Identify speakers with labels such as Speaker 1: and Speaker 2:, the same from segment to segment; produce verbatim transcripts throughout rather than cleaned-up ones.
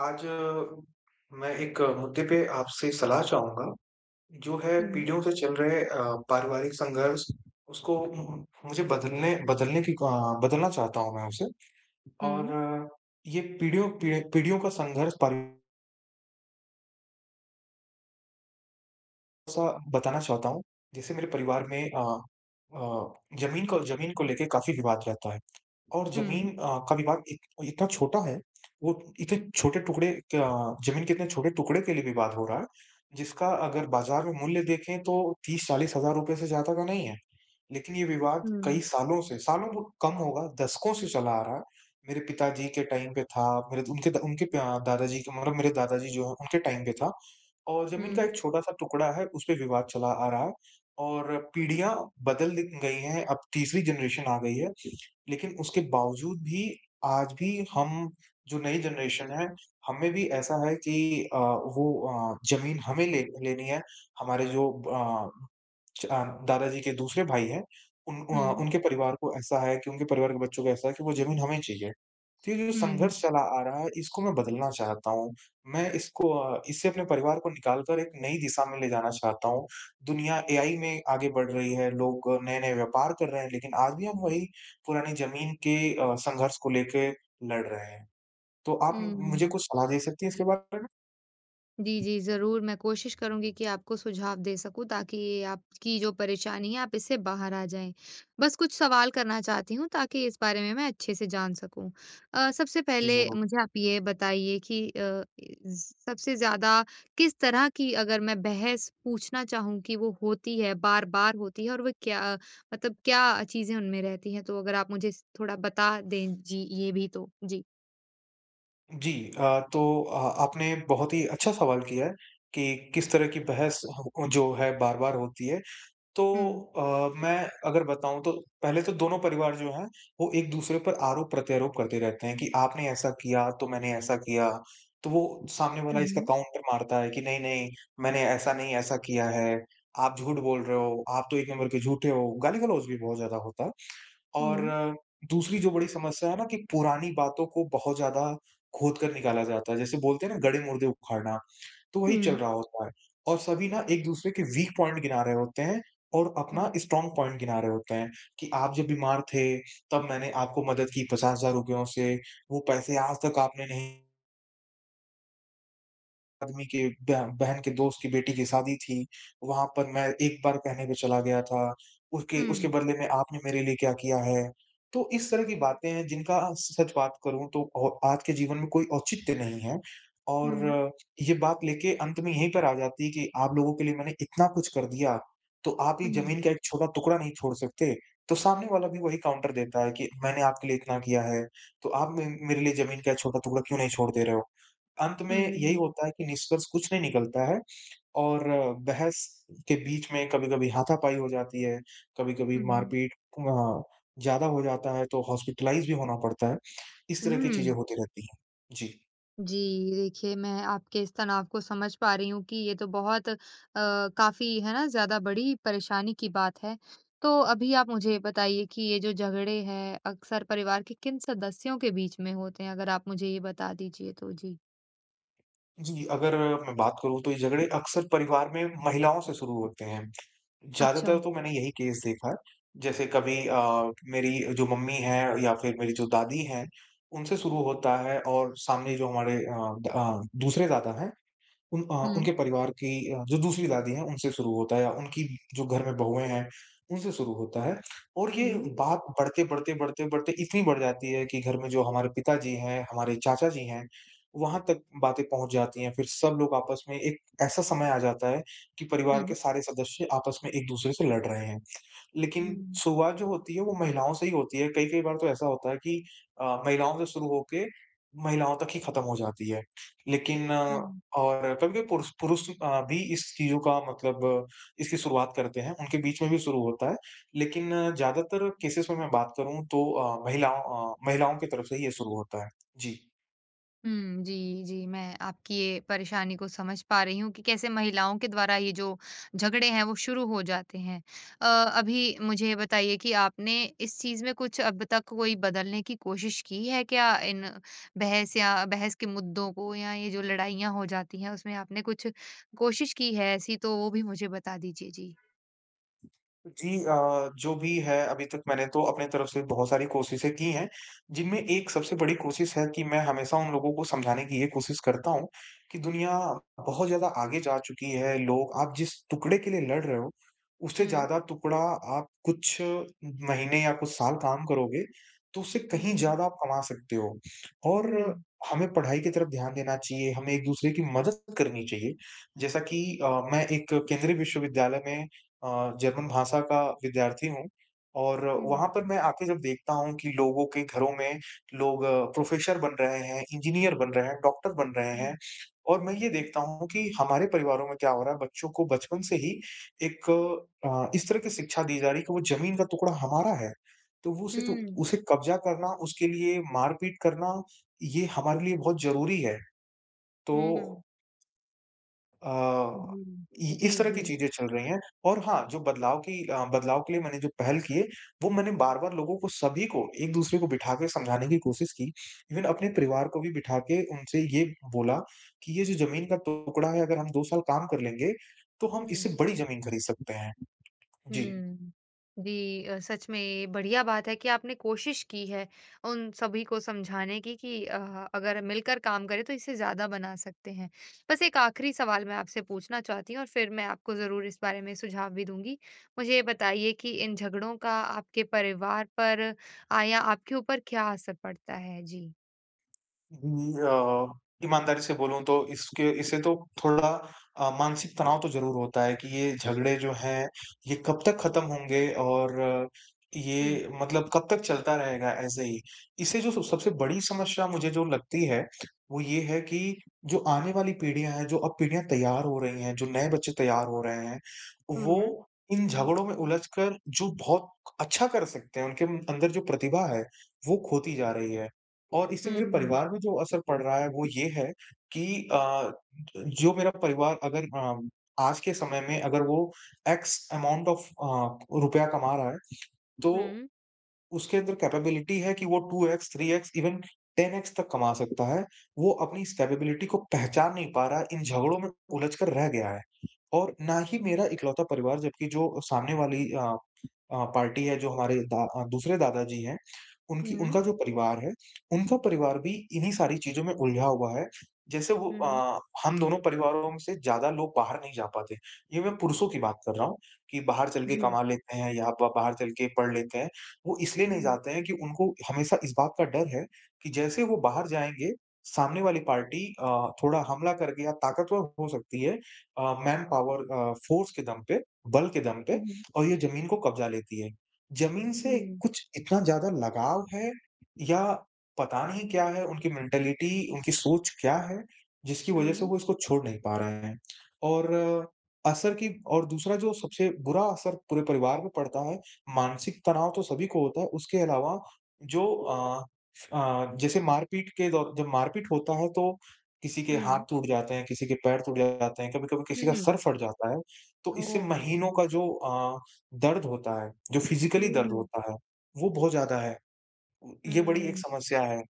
Speaker 1: आज अ, मैं एक अ, मुद्दे पे आपसे सलाह चाहूँगा, जो है
Speaker 2: हुँ,
Speaker 1: पीढ़ियों से चल रहे अ, पारिवारिक संघर्ष, उसको म मुझे बदलने बदलने की अ, बदलना चाहता हूँ मैं उसे। और
Speaker 2: हुँ,
Speaker 1: अ, ये पीढ़ियों पी पीढ़ियों का संघर्ष पारि सा बताना चाहता हूँ, जैसे मेरे परिवार में अ अ, ज़मीन को ज़मीन को लेके काफ़ी विवाद रहता है। और ज़मीन
Speaker 2: हुँ,
Speaker 1: अ, का विवाद इत इतना छोटा है, वो इतने छोटे टुकड़े क ज़मीन के इतने छोटे टुकड़े के लिए विवाद हो रहा है, जिसका अगर बाज़ार में मूल्य देखें तो तीस से चालीस हज़ार रुपए से ज़्यादा का नहीं है। लेकिन ये विवाद
Speaker 2: हुँ, हुँ,
Speaker 1: कई सालों से, सालों को कम होगा, दशकों से चला आ रहा है। मेरे पिताजी के टाइम पे था, मेरे उनके द उनके प दादाजी के मतलब मेरे दादाजी जो हैं, उनके टाइम पे था और ज़मीन का
Speaker 2: हुँ,
Speaker 1: एक छोटा-सा टुकड़ा है, उस पे विवाद चला आ रहा है और पीढ़ियाँ बदल द गई हैं, अब तीसरी जनरेशन आ गई है, लेकिन उसके बावजूद भी आज भी हम जो नई जनरेशन है, हमें भी ऐसा है कि अ, वो अ, ज़मीन हमें ले लेनी है, हमारे जो अ च अ, दादाजी के दूसरे भाई हैं, उन अ,
Speaker 2: हुँ,
Speaker 1: उनके परिवार को ऐसा है कि उनके परिवार के बच्चों को ऐसा है कि वो ज़मीन हमें चाहिए। तो ये जो
Speaker 2: हुँ,
Speaker 1: संघर्ष चला आ रहा है, इसको मैं बदलना चाहता हूँ। मैं इसको अ, इससे अपने परिवार को निकाल कर एक नई दिशा में ले जाना चाहता हूँ। दुनिया ए आई में आगे बढ़ रही है, लोग नए-नए व्यापार कर रहे हैं, लेकिन आज भी हम वही पुरानी ज़मीन के अ, संघर्ष को लेके लड़ रहे हैं। तो आप मुझे
Speaker 2: हुँ,
Speaker 1: कुछ सलाह दे सकती हैं इसके बारे में?
Speaker 2: जी, जी, ज़रूर मैं कोशिश करूँगी कि आपको सुझाव दे सकूँ ताकि ये आपकी जो परेशानी है आप इससे बाहर आ जाएँ। बस कुछ सवाल करना चाहती हूँ ताकि इस बारे में मैं अच्छे से जान सकूँ। अ, सबसे
Speaker 1: जी,
Speaker 2: पहले
Speaker 1: ज़रूर।
Speaker 2: मुझे आप ये बताइए कि अ, ज़ सबसे ज़्यादा किस तरह की अगर मैं बहस पूछना चाहूँ कि वो होती है, बार-बार होती है और वो क्या मतलब क्या चीज़ें उनमें रहती हैं? तो अगर आप मुझे स थोड़ा बता दें जी ये भी तो? जी।
Speaker 1: जी। अ, तो अ, आपने बहुत ही अच्छा सवाल किया है कि किस तरह की बहस हो- जो है बार-बार होती है। तो
Speaker 2: हुँ।
Speaker 1: अ, मैं अगर बताऊं तो पहले तो दोनों परिवार जो हैं वो एक दूसरे पर आरोप प्रत्यारोप करते रहते हैं कि आपने ऐसा किया तो मैंने ऐसा किया। तो वो सामने वाला
Speaker 2: हुँ,
Speaker 1: इसका
Speaker 2: हुँ,
Speaker 1: काउंटर मारता है कि नहीं नहीं मैंने ऐसा नहीं ऐसा किया है। आप झूठ बोल रहे हो, आप तो एक नंबर के झूठे हो। गाली-गलौज भी बहुत ज्यादा होता है। और
Speaker 2: हुँ,
Speaker 1: अ, दूसरी जो बड़ी समस्या है ना कि पुरानी बातों को बहुत ज़्यादा खोद कर निकाला जाता है। जैसे बोलते हैं ना गड़े-मुर्दे उखाड़ना, तो वही चल
Speaker 2: हुँ,
Speaker 1: रहा होता है। और सभी ना एक-दूसरे के वीक पॉइंट गिना रहे होते हैं और अपना
Speaker 2: हुँ,
Speaker 1: स्ट्रॉन्ग पॉइंट गिना रहे होते हैं कि आप जब बीमार थे, तब मैंने आपको मदद की ₹पचास हज़ार से, वो पैसे आज तक आपने नहीं, आदमी के बह बहन के दोस्त की बेटी की शादी थी, वहाँ पर मैं एक बार कहने पे चला गया था, उसके
Speaker 2: हुँ,
Speaker 1: उसके बदले में आपने मेरे लिए क्या किया है? तो इस तरह की बातें हैं जिनका सच बात करूँ तो औ आज के जीवन में कोई औचित्य नहीं है
Speaker 2: हुँ।
Speaker 1: और ये बात लेके अंत में यहीं पर आ जाती है कि आप लोगों के लिए मैंने इतना कुछ कर दिया, तो आप ही
Speaker 2: हुँ,
Speaker 1: ज़मीन का एक छोटा टुकड़ा नहीं छोड़ सकते? तो सामने वाला भी वही काउंटर देता है कि मैंने आपके लिए इतना किया है, तो आप मे मेरे लिए ज़मीन का एक छोटा टुकड़ा क्यों नहीं छोड़ दे रहे हो? अंत में यही
Speaker 2: हुँ,
Speaker 1: होता है कि निष्कर्ष कुछ नहीं निकलता है और बहस के बीच में कभी-कभी हाथापाई हो जाती है, कभी-कभी
Speaker 2: हुँ, हुँ।
Speaker 1: मारपीट अ, ज़्यादा हो जाता है तो हॉस्पिटलाइज़ भी होना पड़ता है। इस तरह की
Speaker 2: हुँ,
Speaker 1: चीज़ें होती रहती हैं। जी।
Speaker 2: जी, देखिए मैं आपके इस तनाव को समझ पा रही हूँ कि ये तो बहुत अ, काफ़ी है ना ज़्यादा बड़ी परेशानी की बात है। तो अभी आप मुझे बताइए कि ये जो झगड़े हैं अक्सर परिवार के किन सदस्यों के बीच में होते हैं? अगर आप मुझे ये बता दीजिए तो? जी।
Speaker 1: जी, अगर मैं बात करूँ तो ये झगड़े अक्सर परिवार में महिलाओं से शुरू होते हैं।
Speaker 2: अच्छा।
Speaker 1: ज़्यादातर तो मैंने यही केस देखा है। जैसे कभी अ, मेरी जो मम्मी हैं या फिर मेरी जो दादी हैं, उनसे शुरू होता है और सामने जो हमारे अ, द अ, दूसरे दादा हैं उन अ,
Speaker 2: हुँ,
Speaker 1: उनके परिवार की अ, जो दूसरी दादी हैं, उनसे शुरू होता है या उनकी जो घर में बहुएँ हैं, उनसे शुरू होता है और ये
Speaker 2: हुँ,
Speaker 1: बात बढ़ते, बढ़ते, बढ़ते, बढ़ते इतनी बढ़ जाती है कि घर में जो हमारे पिताजी हैं, हमारे चाचा जी हैं, वहाँ तक बातें पहुँच जाती हैं। फिर सब लोग आपस में एक ऐसा समय आ जाता है कि परिवार के
Speaker 2: हुँ,
Speaker 1: सारे सदस्य आपस में एक-दूसरे से लड़ रहे हैं। लेकिन
Speaker 2: हुँ,
Speaker 1: शुरुआत जो होती है वो महिलाओं से ही होती है। कई-कई बार तो ऐसा होता है कि अ, महिलाओं से शुरू होके महिलाओं तक ही खत्म हो जाती है। लेकिन अ,
Speaker 2: हुँ।
Speaker 1: और कभी-कभी पुरुष पुरुष अ, भी इस चीज़ों का मतलब इसकी शुरुआत करते हैं, उनके बीच में भी शुरू होता है। लेकिन ज़्यादातर केसेज़ में मैं बात करूँ तो अ, महिलाओं अ, महिलाओं की तरफ से ही ये शुरू होता है। जी।
Speaker 2: हुँ, जी, जी। मैं आपकी ये परेशानी को समझ पा रही हूँ कि कैसे महिलाओं के द्वारा ये जो झगड़े हैं वो शुरू हो जाते हैं। अ, अभी मुझे ये बताइए कि आपने इस चीज़ में कुछ अब तक कोई बदलने की कोशिश की है क्या? इन बहस या बहस के मुद्दों को या ये जो लड़ाइयाँ हो जाती हैं उसमें आपने कुछ कोशिश की है ऐसी तो वो भी मुझे बता दीजिए? जी।
Speaker 1: जी। अ, जो भी है अभी तक मैंने तो अपने तरफ से बहुत सारी कोशिशें की हैं, जिनमें एक सबसे बड़ी कोशिश है कि मैं हमेशा उन लोगों को समझाने की ये कोशिश करता हूँ कि दुनिया बहुत ज़्यादा आगे जा चुकी है। लोग आप जिस टुकड़े के लिए लड़ रहे हो, उससे
Speaker 2: हुँ,
Speaker 1: ज़्यादा टुकड़ा आप कुछ महीने या कुछ साल काम करोगे, तो उससे कहीं
Speaker 2: हुँ।
Speaker 1: ज़्यादा आप कमा सकते हो।
Speaker 2: जी।
Speaker 1: और हमें पढ़ाई की तरफ ध्यान देना चाहिए, हमें एक-दूसरे की मदद करनी चाहिए। जैसा कि अ, मैं एक केंद्रीय विश्वविद्यालय में अ, जर्मन भाषा का विद्यार्थी हूँ और
Speaker 2: हुँ,
Speaker 1: वहाँ पर मैं आके जब देखता हूँ कि लोगों के घरों में लोग प्रोफ़ेसर बन रहे हैं, इंजीनियर बन रहे हैं, डॉक्टर बन रहे हैं और मैं ये देखता हूँ कि हमारे परिवारों में क्या हो रहा है, बच्चों को बचपन से ही एक अ, इस तरह की शिक्षा दी जा रही है कि वो ज़मीन का टुकड़ा हमारा है। तो वो उसे तो
Speaker 2: हुँ।
Speaker 1: उसे कब्ज़ा करना, उसके लिए मार-पीट करना, ये हमारे लिए बहुत ज़रूरी है। तो
Speaker 2: हुँ, हुँ।
Speaker 1: अ, इ
Speaker 2: जी,
Speaker 1: इस तरह
Speaker 2: जी।
Speaker 1: की चीज़ें चल रही हैं और हाँ, जो बदलाव की अ, बदलाव के लिए मैंने जो पहल किए, वो मैंने बार-बार लोगों को सभी को एक-दूसरे को बिठा के समझाने की कोशिश की। इवन अपने परिवार को भी बिठा के उनसे ये बोला कि ये जो ज़मीन का टुकड़ा है, अगर हम दो साल काम कर लेंगे, तो हम
Speaker 2: हुँ।
Speaker 1: इससे बड़ी ज़मीन खरीद सकते हैं। जी।
Speaker 2: हुँ। जी अ, सच में ये बढ़िया बात है कि आपने कोशिश की है, उन सभी को समझाने की कि अ, अगर मिलकर काम करें तो इसे ज़्यादा बना सकते हैं। बस एक आखिरी सवाल मैं आपसे पूछना चाहती हूँ और फिर मैं आपको ज़रूर इस बारे में सुझाव भी दूँगी। मुझे ये बताइए कि इन झगड़ों का आपके परिवार पर अ, या आपके ऊपर क्या असर पड़ता है? जी।
Speaker 1: जी। अ, ईमानदारी से बोलूँ तो इसके इसे तो थोड़ा अ, मानसिक तनाव तो ज़रूर होता है कि ये झगड़े जो हैं, ये कब तक ख़त्म होंगे और अ,
Speaker 2: हुँ।
Speaker 1: ये मतलब कब तक चलता रहेगा ऐसे ही। इससे जो सब- सबसे बड़ी समस्या मुझे जो लगती है, वो ये है कि जो आने वाली पीढ़ियाँ हैं, जो अब पीढ़ियाँ तैयार हो रही हैं, जो नए बच्चे तैयार हो रहे हैं, वो
Speaker 2: हुँ।
Speaker 1: इन झगड़ों में उलझ कर जो बहुत अच्छा कर सकते हैं, उनके अंदर जो प्रतिभा है, वो खोती जा रही है। और इससे मेरे
Speaker 2: हुँ।
Speaker 1: परिवार में जो असर पड़ रहा है वो ये है कि अ, जो मेरा परिवार अगर अ, आज के समय में अगर वो एक्स अमाउंट ऑफ अ, रुपया कमा रहा है तो
Speaker 2: हुँ।
Speaker 1: उसके अंदर कैपेबिलिटी है कि वो two x, three x even ten x तक कमा सकता है। वो अपनी इस कैपेबिलिटी को पहचान नहीं पा रहा है, इन झगड़ों में उलझ कर रह गया है। और ना ही मेरा इकलौता परिवार जबकि जो सामने वाली अ अ, पार्टी है जो हमारे दा अ, दूसरे दादाजी हैं, उनकी
Speaker 2: हुँ।
Speaker 1: उनका जो परिवार है, उनका परिवार भी इन्हीं सारी चीज़ों में उलझा हुआ है। जैसे वो
Speaker 2: हुँ।
Speaker 1: अ, हम दोनों परिवारों में से ज़्यादा लोग बाहर नहीं जा पाते। ये मैं पुरुषों की बात कर रहा हूँ कि बाहर चल के
Speaker 2: जी।
Speaker 1: कमा लेते हैं या ब बाहर चल के पढ़ लेते हैं। वो इसलिए नहीं
Speaker 2: हुँ।
Speaker 1: जाते हैं कि उनको हमेशा इस बात का डर है कि जैसे वो बाहर जाएँगे, सामने वाली पार्टी अ, थोड़ा हमला करके या ताकतवर हो सकती है uh, manpower uh, force के दम पे, बल के दम
Speaker 2: हुँ,
Speaker 1: पे
Speaker 2: हुँ।
Speaker 1: और ये ज़मीन को कब्ज़ा लेती है। ज़मीन से
Speaker 2: हुँ।
Speaker 1: कुछ इतना ज़्यादा लगाव है या पता नहीं क्या है, उनकी मेंटालिटी, उनकी सोच क्या है, जिसकी वज़ह से
Speaker 2: हुँ।
Speaker 1: वो इसको छोड़ नहीं पा रहे हैं। और असर की और दूसरा जो सबसे बुरा असर पूरे परिवार पे पड़ता है मानसिक तनाव तो सभी को होता है, उसके अलावा जो अ अ, जैसे मारपीट के दौ जब मारपीट होता है तो किसी के हाथ
Speaker 2: हुँ।
Speaker 1: टूट जाते हैं, किसी के पैर टूट जाते हैं, कभी-कभी किसी का सर
Speaker 2: हुँ।
Speaker 1: फट जाता है, तो इससे
Speaker 2: ओह!
Speaker 1: महीनों का जो अ, दर्द होता है, जो फिज़िकली
Speaker 2: हुँ,
Speaker 1: दर्द
Speaker 2: हुँ।
Speaker 1: होता है, वो बहुत ज़्यादा है। ये बड़ी एक
Speaker 2: हुँ।
Speaker 1: समस्या है।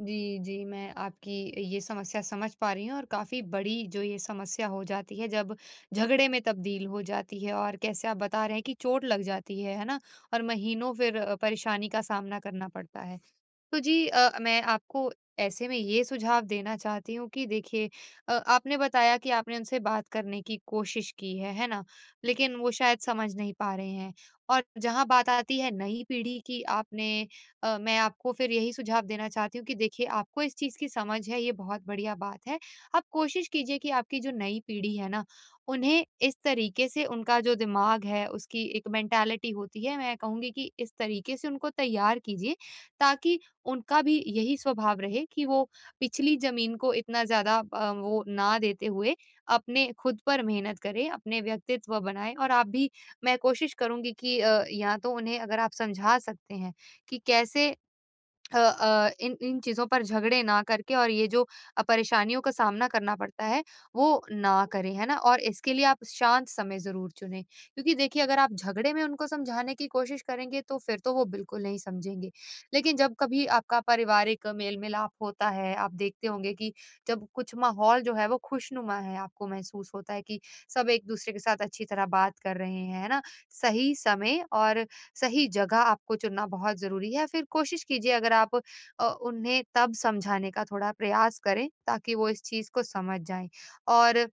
Speaker 2: जी, जी, मैं आपकी ये समस्या समझ पा रही हूँ और काफ़ी बड़ी जो ये समस्या हो जाती है जब झगड़े में तब्दील हो जाती है और कैसे आप बता रहे हैं कि चोट लग जाती है, है ना? और महीनों फिर अ, परेशानी का सामना करना पड़ता है। तो जी अ, मैं आपको ऐसे में ये सुझाव देना चाहती हूँ कि देखिए अ, आपने बताया कि आपने उनसे बात करने की कोशिश की है, है ना? लेकिन वो शायद समझ नहीं पा रहे हैं। और जहाँ बात आती है नई पीढ़ी की आपने अ, मैं आपको फिर यही सुझाव देना चाहती हूँ कि देखिए आपको इस चीज़ की समझ है, ये बहुत बढ़िया बात है। आप कोशिश कीजिए कि आपकी जो नई पीढ़ी है ना, उन्हें इस तरीके से उनका जो दिमाग है उसकी एक मेंटालिटी होती है, मैं कहूँगी कि इस तरीके से उनको तैयार कीजिए ताकि उनका भी यही स्वभाव रहे कि वो पिछली ज़मीन को इतना ज़्यादा अ, वो ना देते हुए अपने खुद पर मेहनत करें, अपने व्यक्तित्व बनाएँ और आप भी मैं कोशिश करूँगी कि अ, या तो उन्हें अगर आप समझा सकते हैं कि कैसे अ अ, इन इन चीज़ों पर झगड़े ना करके और ये जो अ, परेशानियों का सामना करना पड़ता है, वो ना करें, है ना? और इसके लिए आप शांत समय ज़रूर चुनें, क्योंकि देखिए अगर आप झगड़े में उनको समझाने की कोशिश करेंगे, तो फिर तो वो बिल्कुल नहीं समझेंगे। लेकिन जब कभी आपका पारिवारिक मेल-मिलाप होता है, आप देखते होंगे कि जब कुछ माहौल जो है वो खुशनुमा है, आपको महसूस होता है कि सब एक-दूसरे के साथ अच्छी तरह बात कर रहे हैं, है ना? सही समय और सही जगह आपको चुनना बहुत ज़रूरी है। फिर कोशिश कीजिए अगर आप अ, उन्हें तब समझाने का थोड़ा प्रयास करें ताकि वो इस चीज़ को समझ जाएँ। और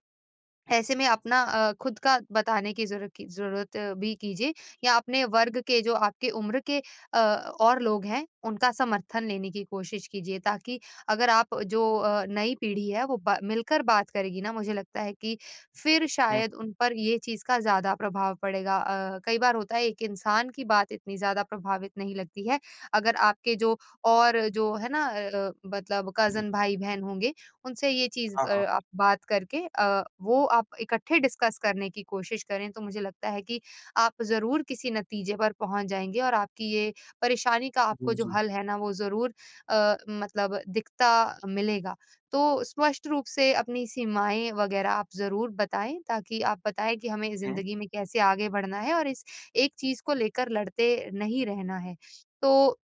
Speaker 2: ऐसे में अपना अ, खुद का बताने की ज़रूर की ज़रूरत भी कीजिए या अपने वर्ग के जो आपके उम्र के अ, और लोग हैं, उनका समर्थन लेने की कोशिश कीजिए ताकि अगर आप जो अ, नई पीढ़ी है वो ब मिलकर बात करेगी ना मुझे लगता है कि फिर शायद
Speaker 1: हुँ,
Speaker 2: उन पर ये चीज़ का ज़्यादा प्रभाव पड़ेगा। अ, कई बार होता है एक इंसान की बात इतनी ज़्यादा प्रभावित नहीं लगती है, अगर आपके जो और जो है ना अ अ, मतलब कज़न
Speaker 1: हुँ।
Speaker 2: भाई-बहन होंगे उनसे ये चीज़
Speaker 1: हाँ,
Speaker 2: अ,
Speaker 1: हाँ।
Speaker 2: आप बात करके अ, वो आप इकट्ठे डिस्कस करने की कोशिश करें, तो मुझे लगता है कि आप ज़रूर किसी नतीजे पर पहुँच जाएँगे और आपकी ये परेशानी का
Speaker 1: जी,
Speaker 2: आपको जो
Speaker 1: जी।
Speaker 2: हल है ना, वो ज़रूर अ, मतलब दिखता मिलेगा। तो स्पष्ट रूप से अपनी सीमाएँ वग़ैरह आप ज़रूर बताएँ, ताकि आप बताएँ कि हमें
Speaker 1: हुँ।
Speaker 2: ज़िंदगी में कैसे आगे बढ़ना है और इस एक चीज़ को लेकर लड़ते नहीं रहना है। तो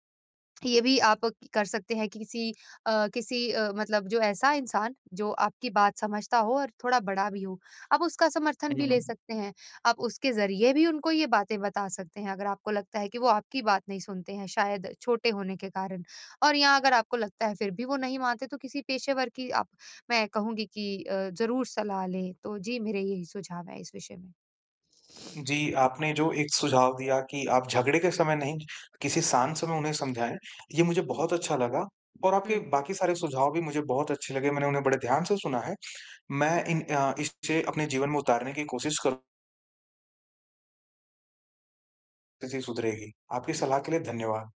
Speaker 2: ये भी आप कर सकते हैं कि किसी अ, किसी अ, मतलब जो ऐसा इंसान जो आपकी बात समझता हो और थोड़ा बड़ा भी हो, आप उसका समर्थन
Speaker 1: हुँ,
Speaker 2: भी ले
Speaker 1: हुँ।
Speaker 2: सकते हैं। आप उसके ज़रिए भी उनको ये बातें बता सकते हैं अगर आपको लगता है कि वो आपकी बात नहीं सुनते हैं शायद छोटे होने के कारण। और यहाँ अगर आपको लगता है फिर भी वो नहीं मानते तो किसी पेशेवर की आप मैं कहूँगी कि अ, ज़रूर सलाह लें। तो जी, मेरे यही सुझाव हैं इस विषय में।
Speaker 1: जी, आपने जो एक सुझाव दिया कि आप झगड़े के समय नहीं, किसी शांत समय उन्हें समझाएँ, ये मुझे
Speaker 2: हुँ।
Speaker 1: बहुत अच्छा लगा और आपके
Speaker 2: हुँ।
Speaker 1: बाकी सारे सुझाव भी मुझे बहुत अच्छे लगे, मैंने उन्हें बड़े ध्यान से सुना है। मैं इन अ, इसे अपने जीवन में उतारने की कोशिश करूँ, स्थिति सुधरेगी। आपकी सलाह के लिए धन्यवाद।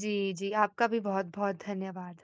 Speaker 2: जी, जी, आपका भी बहुत-बहुत धन्यवाद।